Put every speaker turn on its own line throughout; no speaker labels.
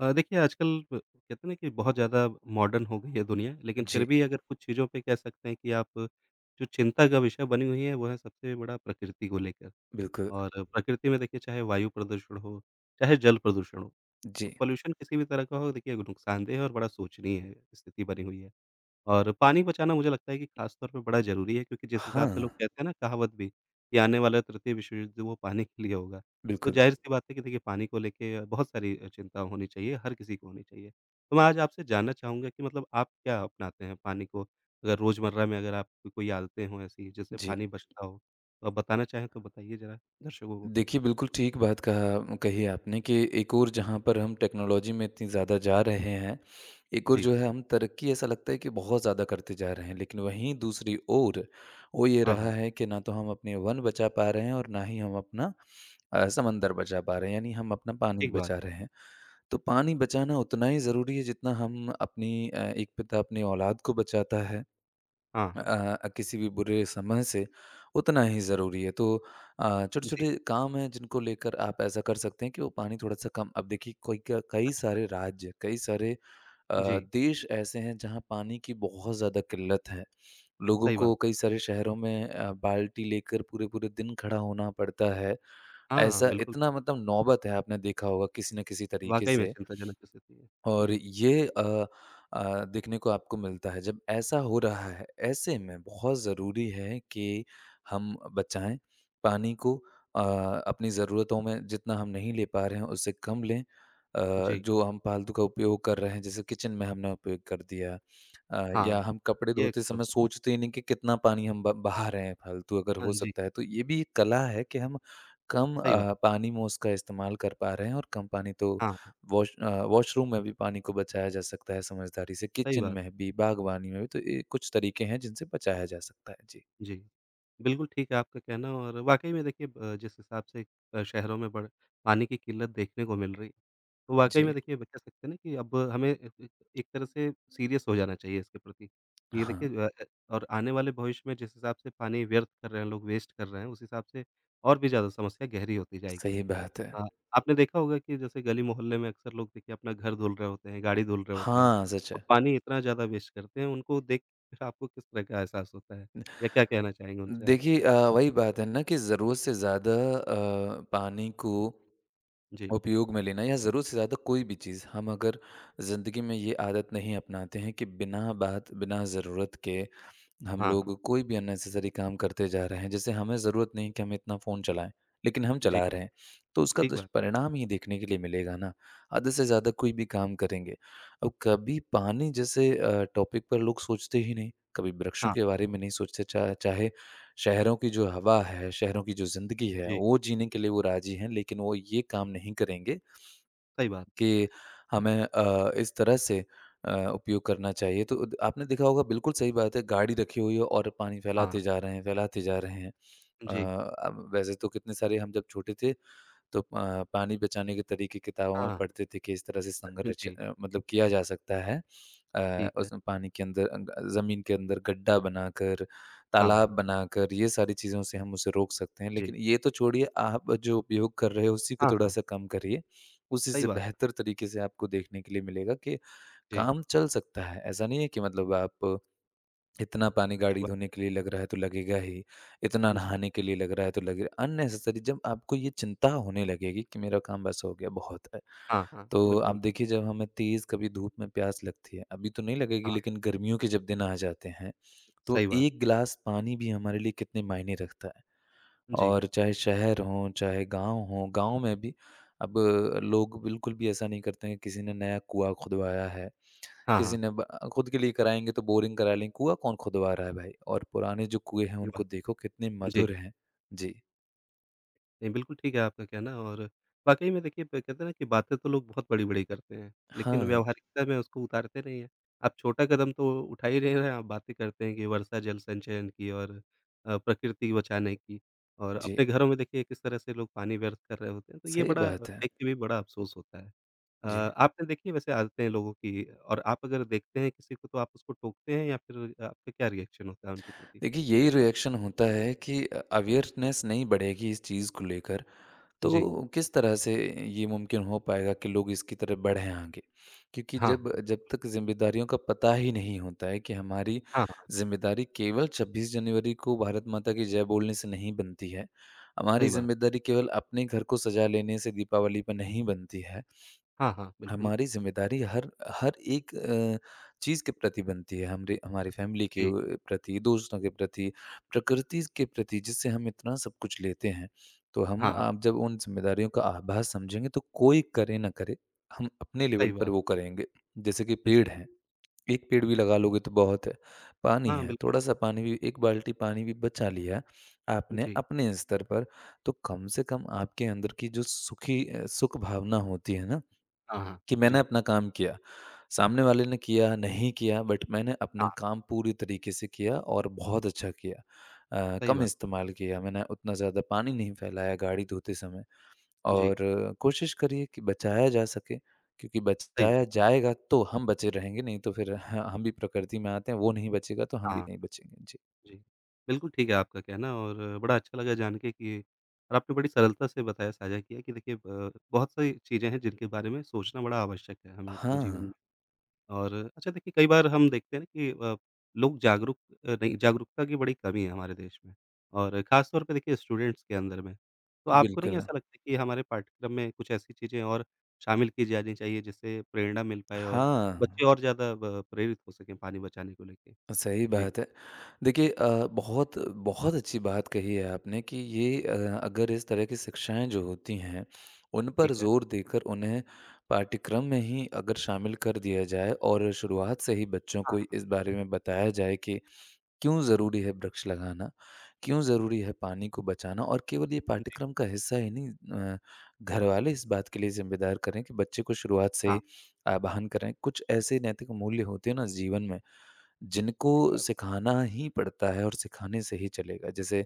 देखिए आजकल ब कहते हैं ना कि बहुत ज़्यादा मॉडर्न हो गई है दुनिया, लेकिन फिर
जी,
भी अगर कुछ चीज़ों पे कह सकते हैं कि आप जो चिंता का विषय बनी हुई है, वो है सबसे बड़ा प्रकृति को लेकर।
बिल्कुल,
और प्रकृति में देखिए चाहे वायु प्रदूषण हो, चाहे जल प्रदूषण हो,
जी।
पॉल्यूशन किसी भी तरह का हो देखिए नुकसानदेह और बड़ा सोचनीय है स्थिति बनी हुई है। और पानी बचाना मुझे लगता है कि खास तौर पे बड़ा ज़रूरी है क्योंकि जिस
हाँ,
हिसाब से लोग कहते हैं ना कहावत भी कि आने वाला तृतीय विश्व युद्ध वो पानी के लिए होगा। तो
बिल्कुल,
ज़ाहिर-सी बात है कि देखिए पानी को लेके बहुत सारी चिंता होनी चाहिए, हर किसी को होनी चाहिए। तो मैं आज आपसे जानना चाहूँगा कि मतलब आप क्या अपनाते हैं पानी को अगर रोज़मर्रा में अगर आपकी कोई आदतें हों ऐसी जिससे
जी।
पानी बचता हो? तो आप बताना चाहें तो बताइए ज़रा दर्शकों को?
देखिए, बिल्कुल ठीक बात कहा कही आपने कि एक ओर जहाँ पर हम टेक्नोलॉजी में इतनी ज़्यादा जा रहे हैं, एक ओर
जी।
जो है हम तरक्की ऐसा लगता है कि बहुत ज़्यादा करते जा रहे हैं, लेकिन वहीं दूसरी ओर वो ये
हाँ,
रहा
हाँ।
है कि ना तो हम अपने वन बचा पा रहे हैं और ना ही हम अपना समंदर बचा पा रहे हैं, यानी हम अपना पानी
ठीक बात।
बचा रहे हैं। तो पानी बचाना उतना ही ज़रूरी है जितना हम एक पिता अपनी औलाद को बचाता है।
हाँ, हाँ।
किसी भी बुरे समय से उतना ही ज़रूरी है। तो
जी।
छोटे-छोटे काम हैं जिनको लेकर आप ऐसा कर सकते हैं कि वो पानी थोड़ा-सा कम। अब देखिए कोई क कई
अच्छा।
सारे राज्य, कई सारे
जी,
देश ऐसे हैं जहाँ पानी की बहुत ज़्यादा किल्लत है। लोगों
सही
को
बात।
कई सारे शहरों में बाल्टी लेकर पूरे-पूरे दिन खड़ा होना पड़ता है।
हाँ, हाँ,
ऐसा
बिल्कुल।
इतना मतलब नौबत है आपने देखा होगा किसी न किसी तरीके
वाक़ई में
से।
चिंताजनक स्थिति है।
और
जी।
ये देखने को आपको मिलता है। जब ऐसा हो रहा है, ऐसे में बहुत ज़रूरी है कि हम बचाएँ पानी को। अ, अपनी ज़रूरतों में जितना हम नहीं ले पा रहे हैं, उससे कम लें।
जी,
जो हम फालतू का उपयोग कर रहे हैं, जैसे किचन में हमने उपयोग कर दिया, या
हाँ,
हम कपड़े
ये
धोते
अक्सर
समय
होता है।
सोचते ही नहीं कि कितना पानी हम ब बहा रहे हैं फालतू, अगर
हाँ
हो
जी,
सकता है। तो ये भी एक कला है कि हम कम
सही बात।
पानी में उसका इस्तेमाल कर पा रहे हैं और कम पानी। तो
हाँ, हाँ,
वॉशरूम में भी पानी को बचाया जा सकता है समझदारी से,
सही
किचन
बात।
में भी, बागवानी में भी, तो ये कुछ तरीके हैं जिनसे बचाया जा सकता है। जी,
जी। बिल्कुल ठीक है आपका कहना और वाक़ई में देखिए जिस हिसाब से शहरों में बड़ पानी की किल्लत देखने को मिल रही है, तो वाक़ई
जी।
में देखिए कह सकते हैं ना कि अब हमें ए ए एक तरह से सीरियस हो जाना चाहिए इसके प्रति। ये
हाँ,
देखिए और आने वाले भविष्य में जिस हिसाब से पानी व्यर्थ कर रहे हैं लोग, वेस्ट कर रहे हैं, उस हिसाब से और भी ज़्यादा समस्या गहरी होती जाएगी
सही
ये।
बात है।
अ, आपने देखा होगा कि जैसे गली-मोहल्ले में अक्सर लोग देखिए अपना घर धुल रहे होते हैं, गाड़ी धुल रहे होते हैं,
हाँ, सच
तो
है।
पानी इतना ज़्यादा वेस्ट करते हैं, उनको देख कर आपको किस तरह का एहसास होता है? या क्या कहना चाहेंगे उनसे आप?
देखिए वही बात है ना कि ज़रूरत से ज़्यादा पानी को
जी।
उपयोग में लेना या ज़रूरत से ज़्यादा कोई भी चीज़, हम अगर ज़िंदगी में ये आदत नहीं अपनाते हैं कि बिना बात, बिना ज़रूरत के हम
हाँ, हाँ।
लोग कोई भी अननेसेसरी काम करते जा रहे हैं। जैसे हमें ज़रूरत नहीं कि हम इतना फ़ोन चलाएं, लेकिन हम
जी,
चला रहे हैं, तो उसका
ठीक बात है।
दुष्परिणाम ही देखने के लिए मिलेगा ना। आधे से ज़्यादा कोई भी काम करेंगे। अब कभी पानी जैसे टॉपिक पर लोग सोचते ही नहीं, कभी वृक्षों
हाँ,
के बारे
हाँ।
में नहीं सोचते चाहे शहरों की जो हवा है, शहरों की जो ज़िंदगी है
जी,
वो जीने के लिए वो राजी हैं, लेकिन वो ये काम नहीं करेंगे
सही बात।
कि हमें इस तरह से उपयोग करना चाहिए। तो द आपने देखा होगा, बिल्कुल सही बात है, गाड़ी रखी हुई है और पानी
हाँ, हाँ,
फैलाते जा रहे हैं, फैलाते जा रहे हैं। अ,
जी।
अब वैसे तो कितने सारे हम जब छोटे थे तो पानी बचाने के तरीके किताबों में
हाँ,
पढ़ते थे कि इस तरह से संघर्ष
जी,
मतलब किया जा सकता है।
ठीक है।
उसमें पानी के अंदर ज़मीन के अंदर गड्ढा बनाकर,
हाँ,
तालाब
हाँ।
बनाकर ये सारी चीज़ों से हम उसे रोक सकते हैं। लेकिन
जी।
ये तो छोड़िए, आप जो उपयोग कर रहे हो उसी को
हाँ, हाँ,
थोड़ा-सा कम करिए। उसी
सही
से
बात है।
बेहतर तरीके से आपको देखने के लिए मिलेगा कि
जी,
काम चल सकता है। ऐसा नहीं है कि मतलब आप इतना पानी
ठीक
गाड़ी
बात
धोने के लिए लग रहा है तो लगेगा ही, इतना
है। जी।
नहाने के लिए लग रहा है तो लगेगा अननेसेसरी। जब आपको ये चिंता होने लगेगी कि मेरा काम बस हो गया, बहुत है।
हाँ, हाँ,
तो आप
बिल्कुल।
देखिए जब हमें तेज़ कभी धूप में प्यास लगती है, अभी तो नहीं लगेगी
हाँ,
लेकिन गर्मियों के जब दिन आ जाते हैं, तो
सही बात।
1 गिलास पानी भी हमारे लिए कितने मायने रखता है।
जी।
और चाहे शहर हो, चाहे गाँव हो, गाँव में भी अब लोग बिल्कुल भी ऐसा नहीं करते हैं। किसी ने नया कुआँ खुदवाया है,
हाँ,
किसी
हाँ,
ने ब खुद के लिए कराएँगे तो बोरिंग करा लें, कुआँ कौन खुदवा रहा है भाई? और पुराने जो कुएँ हैं
सही
उनको
बात।
देखो कितने
जी।
मधुर हैं। जी।
नहीं, बिल्कुल ठीक है आपका कहना और वाक़ई में देखिए ब कहते हैं ना कि बातें तो लोग बहुत बड़ी-बड़ी करते हैं, लेकिन
हाँ,
व्यावहारिकता में उसको उतारते नहीं हैं। आप छोटा कदम तो उठा ही नहीं रहे हैं, आप बातें करते हैं कि वर्षा जल संचयन की और प्रकृति को बचाने की और
जी,
अपने घरों में देखिए किस तरह से लोग पानी व्यर्थ कर रहे होते हैं, तो ये
सही
बड़ा
बात है।
देख के भी बड़ा अफ़सोस होता है।
जी।
आपने देखी है वैसे आदतें हैं लोगों की और आप अगर देखते हैं किसी को तो आप उसको टोकते हैं या फिर आपका क्या रिएक्शन होता है उनके प्रति?
देखिए यही रिएक्शन होता है कि अवेयरनेस नहीं बढ़ेगी इस चीज़ को लेकर,
जी।
तो किस तरह से ये मुमकिन हो पाएगा कि लोग इसकी तरफ बढ़ें आगे? क्योंकि
हाँ,
जब
हाँ,
जब तक ज़िम्मेदारियों का पता ही नहीं होता है कि हमारी
हाँ, हाँ,
ज़िम्मेदारी केवल 26 जनवरी को भारत माता की जय बोलने से नहीं बनती है। हमारी
सही बात।
ज़िम्मेदारी केवल अपने घर को सजा लेने से, दीपावली पे नहीं बनती है।
हाँ, हाँ, बिल्कुल।
हमारी ज़िम्मेदारी हर हर एक चीज़ के प्रति बनती है, हमरे हमारी फ़ैमिली के
जी।
प्रति, दोस्तों के प्रति, प्रकृति के प्रति जिससे हम इतना सब कुछ लेते हैं। तो हम
हाँ, हाँ।
आप जब उन ज़िम्मेदारियों का आभास समझेंगे तो कोई करे ना करे, हम अपने लेवल
सही
पर
बात।
वो करेंगे। जैसे कि पेड़
जी।
हैं, एक पेड़ भी लगा लोगे तो बहुत है। पानी
हाँ,
है,
बिल्कुल।
थोड़ा-सा पानी भी 1 बाल्टी पानी भी बचा लिया आपने
जी।
अपने स्तर पर, तो कम से कम आपके अंदर की जो सुख भावना होती है ना
हाँ, हाँ।
कि मैंने
जी।
अपना काम किया। सामने वाले ने किया, नहीं किया बट मैंने अपना
हाँ,
काम पूरी तरीके से किया और बहुत अच्छा किया।
सही
कम
बात है।
इस्तेमाल किया मैंने, उतना ज़्यादा पानी नहीं फैलाया गाड़ी धोते समय।
जी,
और कोशिश करिए कि बचाया जा सके, क्योंकि
सही
बचाया
बात है।
जाएगा तो हम बचे रहेंगे, नहीं तो फिर ह हम भी प्रकृति में आते हैं, वो नहीं बचेगा तो हम
हाँ,
भी नहीं
हाँ,
बचेंगे। जी।
जी। बिल्कुल ठीक है आपका कहना और बड़ा अच्छा लगा जान के कि और आपने बड़ी सरलता से बताया, साझा किया कि देखिए बहुत सारी चीज़ें हैं जिनके बारे में सोचना बड़ा आवश्यक है हमें अपने जीवन में।
हाँ,
और अच्छा देखिए कई बार हम देखते हैं ना कि लोग जागरूक नहीं जागरूकता की बड़ी कमी है हमारे देश में और ख़ास तौर पे देखिए स्टूडेंट्स के अंदर में। तो आपको नहीं
बिल्कुल।
ऐसा लगता कि हमारे पाठ्यक्रम में कुछ ऐसी चीज़ें और शामिल की जानी चाहिए जिससे प्रेरणा मिल पाए और
हाँ।
बच्चे और ज़्यादा ब प्रेरित हो सकें पानी बचाने को लेके?
सही
जी,
बात है। देखिए बहुत बहुत अच्छी बात कही है आपने कि ये अगर इस तरह की शिक्षाएँ जो होती हैं, उन पर
ठीक है।
ज़ोर देकर उन्हें पाठ्यक्रम में ही अगर शामिल कर दिया जाए और शुरुआत से ही बच्चों को
हाँ,
इस बारे में बताया जाए कि क्यों ज़रूरी है वृक्ष लगाना, क्यों ज़रूरी है पानी को बचाना। और केवल ये
जी,
पाठ्यक्रम का हिस्सा ही नहीं, अ, घरवाले इस बात के लिए ज़िम्मेदार करें कि बच्चे को शुरुआत से
हाँ,
ही आह्वान करें। कुछ ऐसे नैतिक मूल्य होते हैं ना जीवन में जिनको
सही बात।
सिखाना ही पड़ता है और सिखाने से ही चलेगा। जैसे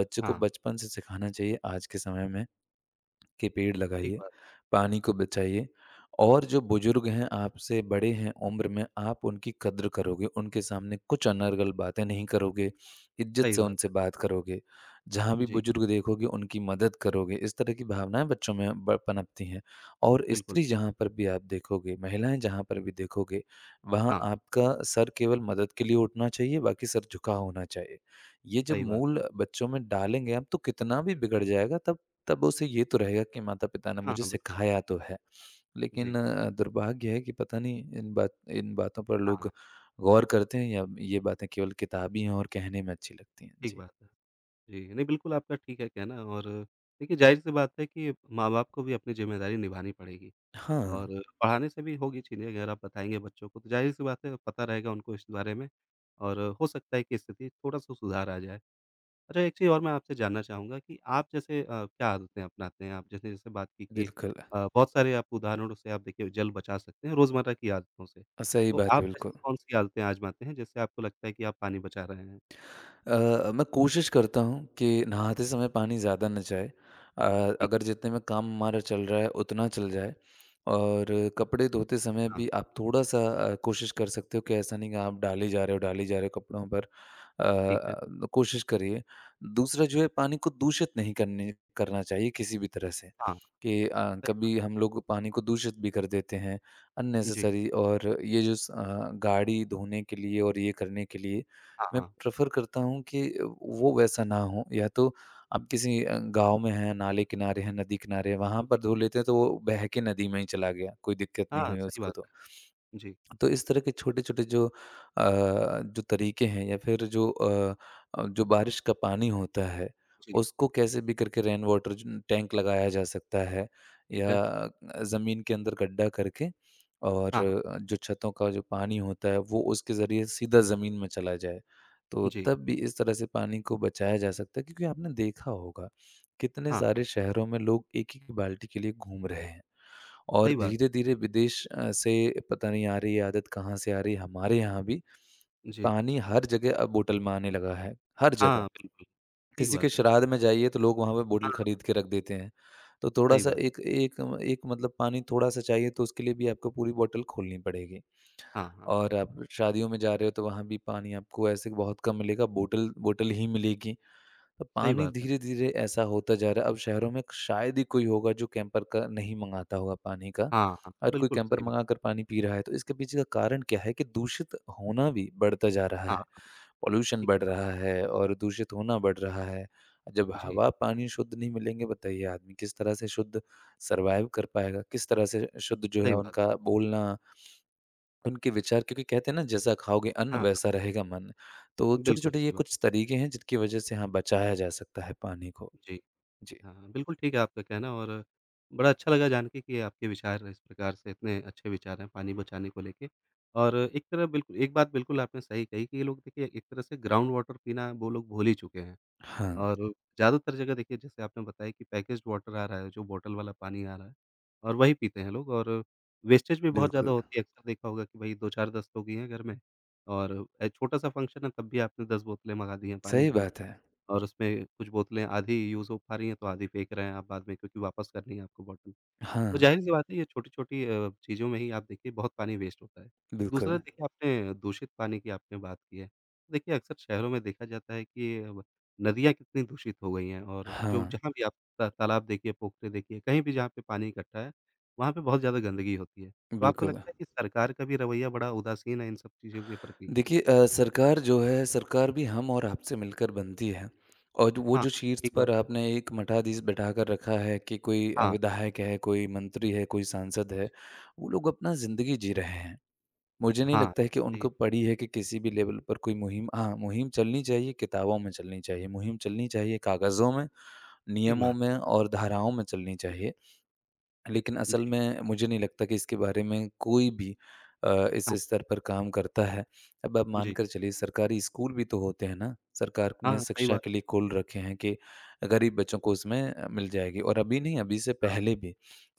बच्चे को
हाँ,
बचपन से सिखाना चाहिए आज के समय में के पेड़
ठीक
लगाइए,
बात,
पानी को बचाइए, और जो बुजुर्ग हैं, आपसे बड़े हैं उम्र में, आप उनकी कद्र करोगे, उनके सामने कुछ अनर्गल बातें नहीं करोगे, इज्जत
सही
से
बात
उनसे
है।
बात करोगे, जहाँ भी
जी,
बुजुर्ग देखोगे उनकी मदद करोगे, इस तरह की भावनाएँ बच्चों में ब पनपती हैं। और
बिल्कुल।
स्त्री जहाँ पर भी आप देखोगे, महिलाएँ जहाँ पर भी देखोगे, वहाँ
हाँ, हाँ,
आपका सर केवल मदद के लिए उठना चाहिए, बाकी सर झुका होना चाहिए। ये जब
सही बात
मूल
है।
बच्चों में डालेंगे आप तो कितना भी बिगड़ जाएगा, तब तब उसे ये तो रहेगा कि माता-पिता ने
हाँ,
मुझे
हाँ, बिल्कुल।
सिखाया तो है। लेकिन
जी,
दुर्भाग्य है कि पता नहीं इन बातों पर
हाँ,
लोग
हाँ,
गौर करते हैं या ये बातें केवल किताबी हैं और कहने में अच्छी लगती हैं।
ठीक
जी।
बात है। जी, नहीं बिल्कुल आपका ठीक है कहना और देखिए ज़ाहिर-सी बात है कि माँ-बाप को भी अपनी ज़िम्मेदारी निभानी पड़ेगी और
हाँ,
पढ़ाने से भी होगी चीज़ें अगर आप बताएँगे बच्चों को तो ज़ाहिर-सी बात है पता रहेगा उनको इस बारे में और हो सकता है कि स्थिति थोड़ा-सा सुधार आ जाए। अच्छा एक चीज़ और मैं आपसे जानना चाहूँगा कि आप जैसे क्या आदतें अपनाते हैं? आप जैसे जैसे बात की कि
बिल्कुल।
बहुत सारे आप उदाहरणों से आप देखिए जल बचा सकते हैं रोज़मर्रा की आदतों से।
सही
तो
बात
आप
है, बिल्कुल।
ऐसी कौन-सी आदतें आज़माते हैं जिससे आपको लगता है कि आप पानी बचा रहे हैं?
मैं कोशिश करता हूँ कि नहाते समय पानी ज़्यादा ना जाए, अ,
ठीक
अगर
है,
जितने में काम हमारा चल रहा है उतना चल जाए। और कपड़े धोते समय
हाँ,
भी आप थोड़ा सा कोशिश कर सकते हो कि ऐसा नहीं कि आप डाले जा रहे हो डाले जा रहे हो कपड़ों पर।
ठीक है।
कोशिश करिए। दूसरा जो है पानी को दूषित नहीं करने करना चाहिए किसी भी तरह से।
हाँ,
कि
सही
कभी
बात।
हम लोग पानी को दूषित भी कर देते हैं
जी।
अननेसेसरी। और ये जो गाड़ी धोने के लिए और ये करने के लिए
हाँ,
मैं
हाँ।
प्रेफ़र करता हूँ कि वो वैसा ना हो। या तो आप किसी गाँव में हैं, नाले किनारे हैं, नदी किनारे हैं, वहाँ
जी।
पर धो लेते हैं तो वो बह के नदी में ही चला गया, कोई दिक्कत नहीं
हाँ,
हुई
सही
उसको
बात
तो।
है। जी,
तो इस तरह के छोटे-छोटे जो तरीके हैं, या फिर जो बारिश का पानी होता है,
जी,
उसको कैसे भी करके रेन वाटर ज टैंक लगाया जा सकता है।
ठीक
या
है।
ज़मीन के अंदर गड्ढा करके और
हाँ, हाँ।
जो छतों का जो पानी होता है, वो उसके ज़रिए सीधा ज़मीन में चला जाए। तो
जी।
तब भी इस तरह से पानी को बचाया जा सकता है, क्योंकि आपने देखा होगा, कितने
हाँ,
सारे
हाँ।
शहरों में लोग एक ही बाल्टी के लिए घूम रहे हैं। और
सही बात।
धीरे-धीरे विदेश से पता नहीं आ रही है आदत कहाँ से आ रही है, हमारे यहाँ भी
जी।
पानी हर जगह अब बोतल में आने लगा है, हर जगह।
हाँ, बिल ठीक
किसी के
बात है।
श्राद्ध में जाइए तो लोग वहाँ पे बोतल
हाँ,
खरीद के रख देते हैं। तो
सही
थोड़ा-सा
बात।
एक एक एक मतलब पानी थोड़ा-सा चाहिए तो उसके लिए भी आपको पूरी बोतल खोलनी पड़ेगी।
हाँ, हाँ।
और आप
जी,
शादियों में जा रहे हो तो वहाँ भी पानी आपको ऐसे बहुत कम मिलेगा, बोतल बोतल ही मिलेगी। तो
सही
पानी
बात है।
धीरे-धीरे ऐसा होता जा रहा है, अब शहरों में शायद ही कोई होगा जो कैंपर का नहीं मँगाता होगा पानी का।
हाँ, हाँ।
हर कोई
बिल्कुल
कैंपर
सही बात।
मँगा कर पानी पी रहा है, तो इसके पीछे का कारण क्या है कि दूषित होना भी बढ़ता जा रहा है।
हाँ,
पॉल्यूशन
ठीक
बढ़ रहा
है।
है और दूषित होना बढ़ रहा है। जब
जी,
हवा, पानी शुद्ध नहीं मिलेंगे, बताइए आदमी किस तरह से शुद्ध सर्वाइव कर पाएगा? किस तरह से शुद्ध जो
सही
है
बात।
उनका बोलना उनके विचार क्योंकि कहते हैं ना जैसा खाओगे अन्न
हाँ,
वैसा रहेगा मन। तो
हाँ। बिल्कुल
छोटे-छोटे ये
सही बात।
कुछ तरीके हैं जिनकी वजह से हाँ, बचाया जा सकता है पानी को।
जी।
जी।
हाँ, हाँ। बिल्कुल ठीक है आपका कहना और बड़ा अच्छा लगा जान के कि आपके विचार इस प्रकार से इतने अच्छे विचार हैं पानी बचाने को लेके। और एक तरह बिल्कुल एक बात बिल्कुल आपने सही कही कि ये लोग देखिए एक तरह से ग्राउंड वाटर पीना वो लोग भूल ही चुके हैं।
हाँ,
और ज़्यादातर जगह देखिए जैसे आपने बताया कि पैकेज्ड वाटर आ रहा है, जो बॉटल वाला पानी आ रहा है और वही पीते हैं लोग और वेस्टेज भी बहुत
बिल्कुल।
ज़्यादा होती है। अक्सर देखा होगा कि भई 2-4 10 लोग ही हैं घर में और छोटा-सा फंक्शन है तब भी आपने 10 बोतलें मँगा दी हैं पानी
सही
की
बात है।
और उसमें कुछ बोतलें आधी यूज़ हो पा रही हैं, तो आधी फेंक रहे हैं आप बाद में क्योंकि वापस करनी है आपको बॉटल। तो
हाँ,
ज़ाहिर-सी बात है ये छोटी-छोटी चीज़ों में ही आप देखिए बहुत पानी वेस्ट होता है। दूसरा
बिल्कुल।
देखिए आपने दूषित पानी की आपने बात की है। देखिए अक्सर शहरों में देखा जाता है कि अब नदियाँ कितनी दूषित हो गई हैं और जो
हाँ,
जहाँ भी आप ता तालाब देखिए, पोखरे देखिए, कहीं भी जहाँ पे पानी इकट्ठा है, वहाँ पे बहुत ज़्यादा गंदगी होती है। तो आपको
बिल्कुल।
लगता है कि सरकार का भी रवैया बड़ा उदासीन है इन सब चीज़ों के प्रति?
देखिए सरकार जो है सरकार भी हम और आपसे मिलकर बनती है। और वो
हाँ,
जो शीर्ष
ठीक बात
पर
है।
आपने एक मठाधीश बैठा कर रखा है कि कोई
हाँ,
विधायक है, कोई मंत्री है, कोई सांसद है,
जी।
वो लोग अपना ज़िंदगी जी रहे हैं। मुझे नहीं
हाँ,
लगता है
ये भी
कि
सही है।
उनको पड़ी है कि किसी भी लेवल पर कोई मुहिम हाँ, मुहिम चलनी चाहिए, किताबों में चलनी चाहिए, मुहिम चलनी चाहिए कागज़ों में,
ठीक
नियमों
बात
में और धाराओं में चलनी चाहिए। लेकिन असल
जी।
में मुझे नहीं लगता कि इसके बारे में कोई भी इस
हाँ,
स्तर पर काम करता है। अब आप मान
जी।
कर चलिए सरकारी स्कूल भी तो होते हैं ना, सरकार ने
हाँ, सही
शिक्षा
बात
के
है।
लिए खोल रखे हैं कि गरीब बच्चों को उसमें मिल जाएगी और अभी नहीं, अभी से
हाँ।
पहले भी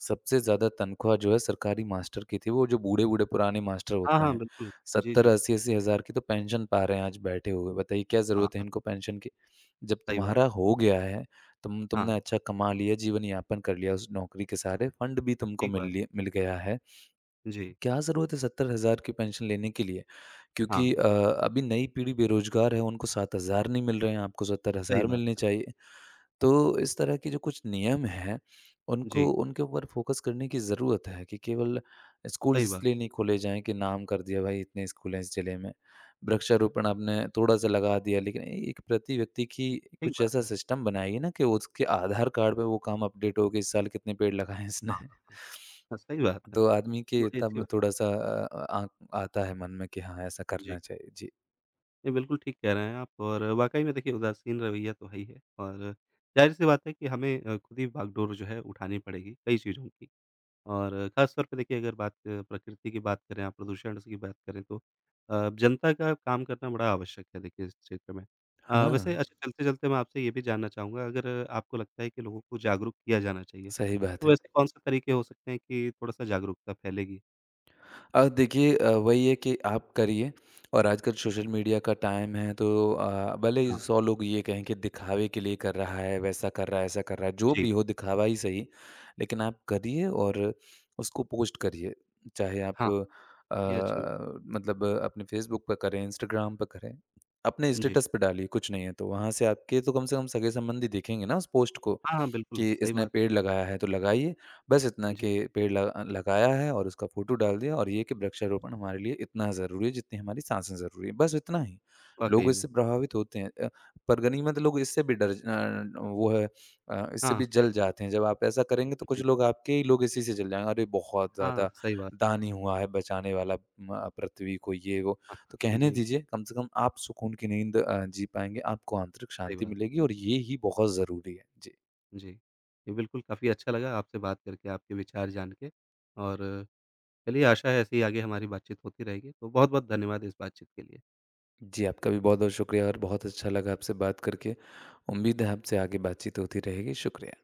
सबसे ज़्यादा तनख्वाह जो है सरकारी मास्टर की थी, वो जो बूढ़े-बूढ़े पुराने मास्टर
हाँ,
होते
हाँ,
हैं,
बिल्कुल। जी, जी।
70-80-80 हज़ार की तो पेंशन पा रहे हैं आज बैठे हुए, बताइए क्या ज़रूरत है
हाँ।
इनको पेंशन की? जब
सही बात
तुम्हारा
है।
हो गया है तुम
हाँ,
तुमने अच्छा कमा लिया, जीवन यापन कर लिया उस नौकरी के सहारे, फंड भी तुमको
ठीक
मिल
बात
लिए
है।
मिल गया है।
जी,
क्या ज़रूरत है 70,000 की पेंशन लेने के लिए?
हाँ,
क्योंकि अभी नई पीढ़ी बेरोज़गार है, उनको 7,000 नहीं मिल रहे हैं, आपको
सही
70,000
बात
मिलने
है।
चाहिए। तो इस तरह के जो कुछ नियम हैं, उनको
जी,
उनके ऊपर फोकस करने की ज़रूरत है कि केवल स्कूल
सही बात
इसलिए नहीं खोले जाएँ कि नाम कर दिया भाई इतने स्कूल हैं इस ज़िले में। वृक्षारोपण आपने थोड़ा-सा लगा दिया, लेकिन एक प्रति व्यक्ति की
ठीक
कुछ
बात
ऐसा
है।
सिस्टम बनाइए ना कि उसके आधार कार्ड पे वो काम अपडेट हो कि इस साल कितने पेड़ लगाए इसने।
हाँ, हाँ, हाँ, सही बात है।
तो आदमी के
ये बड़ी अच्छी
तब
बात है।
थोड़ा-सा आँख आता है मन में कि हाँ, ऐसा
जी,
करना चाहिए। जी।
ये बिल्कुल ठीक कह रहे हैं आप और वाक़ई में देखिए उदासीन रवैया तो है ही है और ज़ाहिर-सी बात है कि हमें खुद ही बागडोर जो है उठानी पड़ेगी कई चीज़ों की। और ख़ास तौर पे देखिए अगर बात प्रकृति की बात करें आप, प्रदूषण की बात करें तो जनता का काम करना बड़ा आवश्यक है देखिए इस क्षेत्र में।
हाँ।
वैसे अच्छा चलते-चलते मैं आपसे ये भी जानना चाहूँगा अगर आपको लगता है कि लोगों को जागरूक किया जाना चाहिए,
सही बात
तो
है।
वैसे कौन-से तरीके हो सकते हैं कि थोड़ा-सा जागरूकता फैलेगी?
देखिए वही है कि आप करिए और आजकल सोशल मीडिया का टाइम है तो भले ही
हाँ,
100 लोग ये कहें कि दिखावे के लिए कर रहा है, वैसा कर रहा है, ऐसा कर रहा है, जो
जी,
भी हो दिखावा ही सही, लेकिन आप करिए और उसको पोस्ट करिए। चाहे आप
हाँ,
अ,
ये अच्छी बात
मतलब अपने फ़ेसबुक पे करें, इंस्टाग्राम पे करें, अपने
जी।
स्टेटस पे डालिए, कुछ नहीं है तो। वहाँ से आपके तो कम से कम सगे-संबंधी देखेंगे ना उस पोस्ट को।
हाँ, हाँ, बिल्कुल,
कि
सही
इसने
बात।
पेड़ लगाया है तो लगाइए। बस इतना
जी,
कि पेड़ ल लगाया है और उसका फ़ोटो डाल दिया और ये कि वृक्षारोपण हमारे लिए इतना ज़रूरी है जितनी हमारी साँसें ज़रूरी हैं, बस इतना ही। लोग
वाक़ई में।
इससे प्रभावित होते हैं पर गनीमत लोग इससे भी वो है इससे
हाँ,
भी जल जाते हैं। जब आप ऐसा करेंगे तो कुछ
जी,
लोग आपके ही लोग इसी से जल जाएँगे, अरे! बहुत
हाँ,
ज़्यादा
सही बात है।
दानी हुआ है बचाने वाला म पृथ्वी को ये वो। तो कहने
जी,
दीजिए, कम से कम आप सुकून की नींद जी पाएँगे, आपको आंतरिक
सही
शांति
बात है।
मिलेगी और ये ही बहुत ज़रूरी है। जी।
जी। जी, बिल्कुल काफ़ी अच्छा लगा आपसे बात करके, आपके विचार जान के और चलिए आशा है ऐसे ही आगे हमारी बातचीत होती रहेगी। तो बहुत-बहुत धन्यवाद इस बातचीत के लिए।
जी, आपका भी बहुत-बहुत शुक्रिया और बहुत अच्छा लगा आपसे बात करके। उम्मीद है आपसे आगे बातचीत होती रहेगी। शुक्रिया।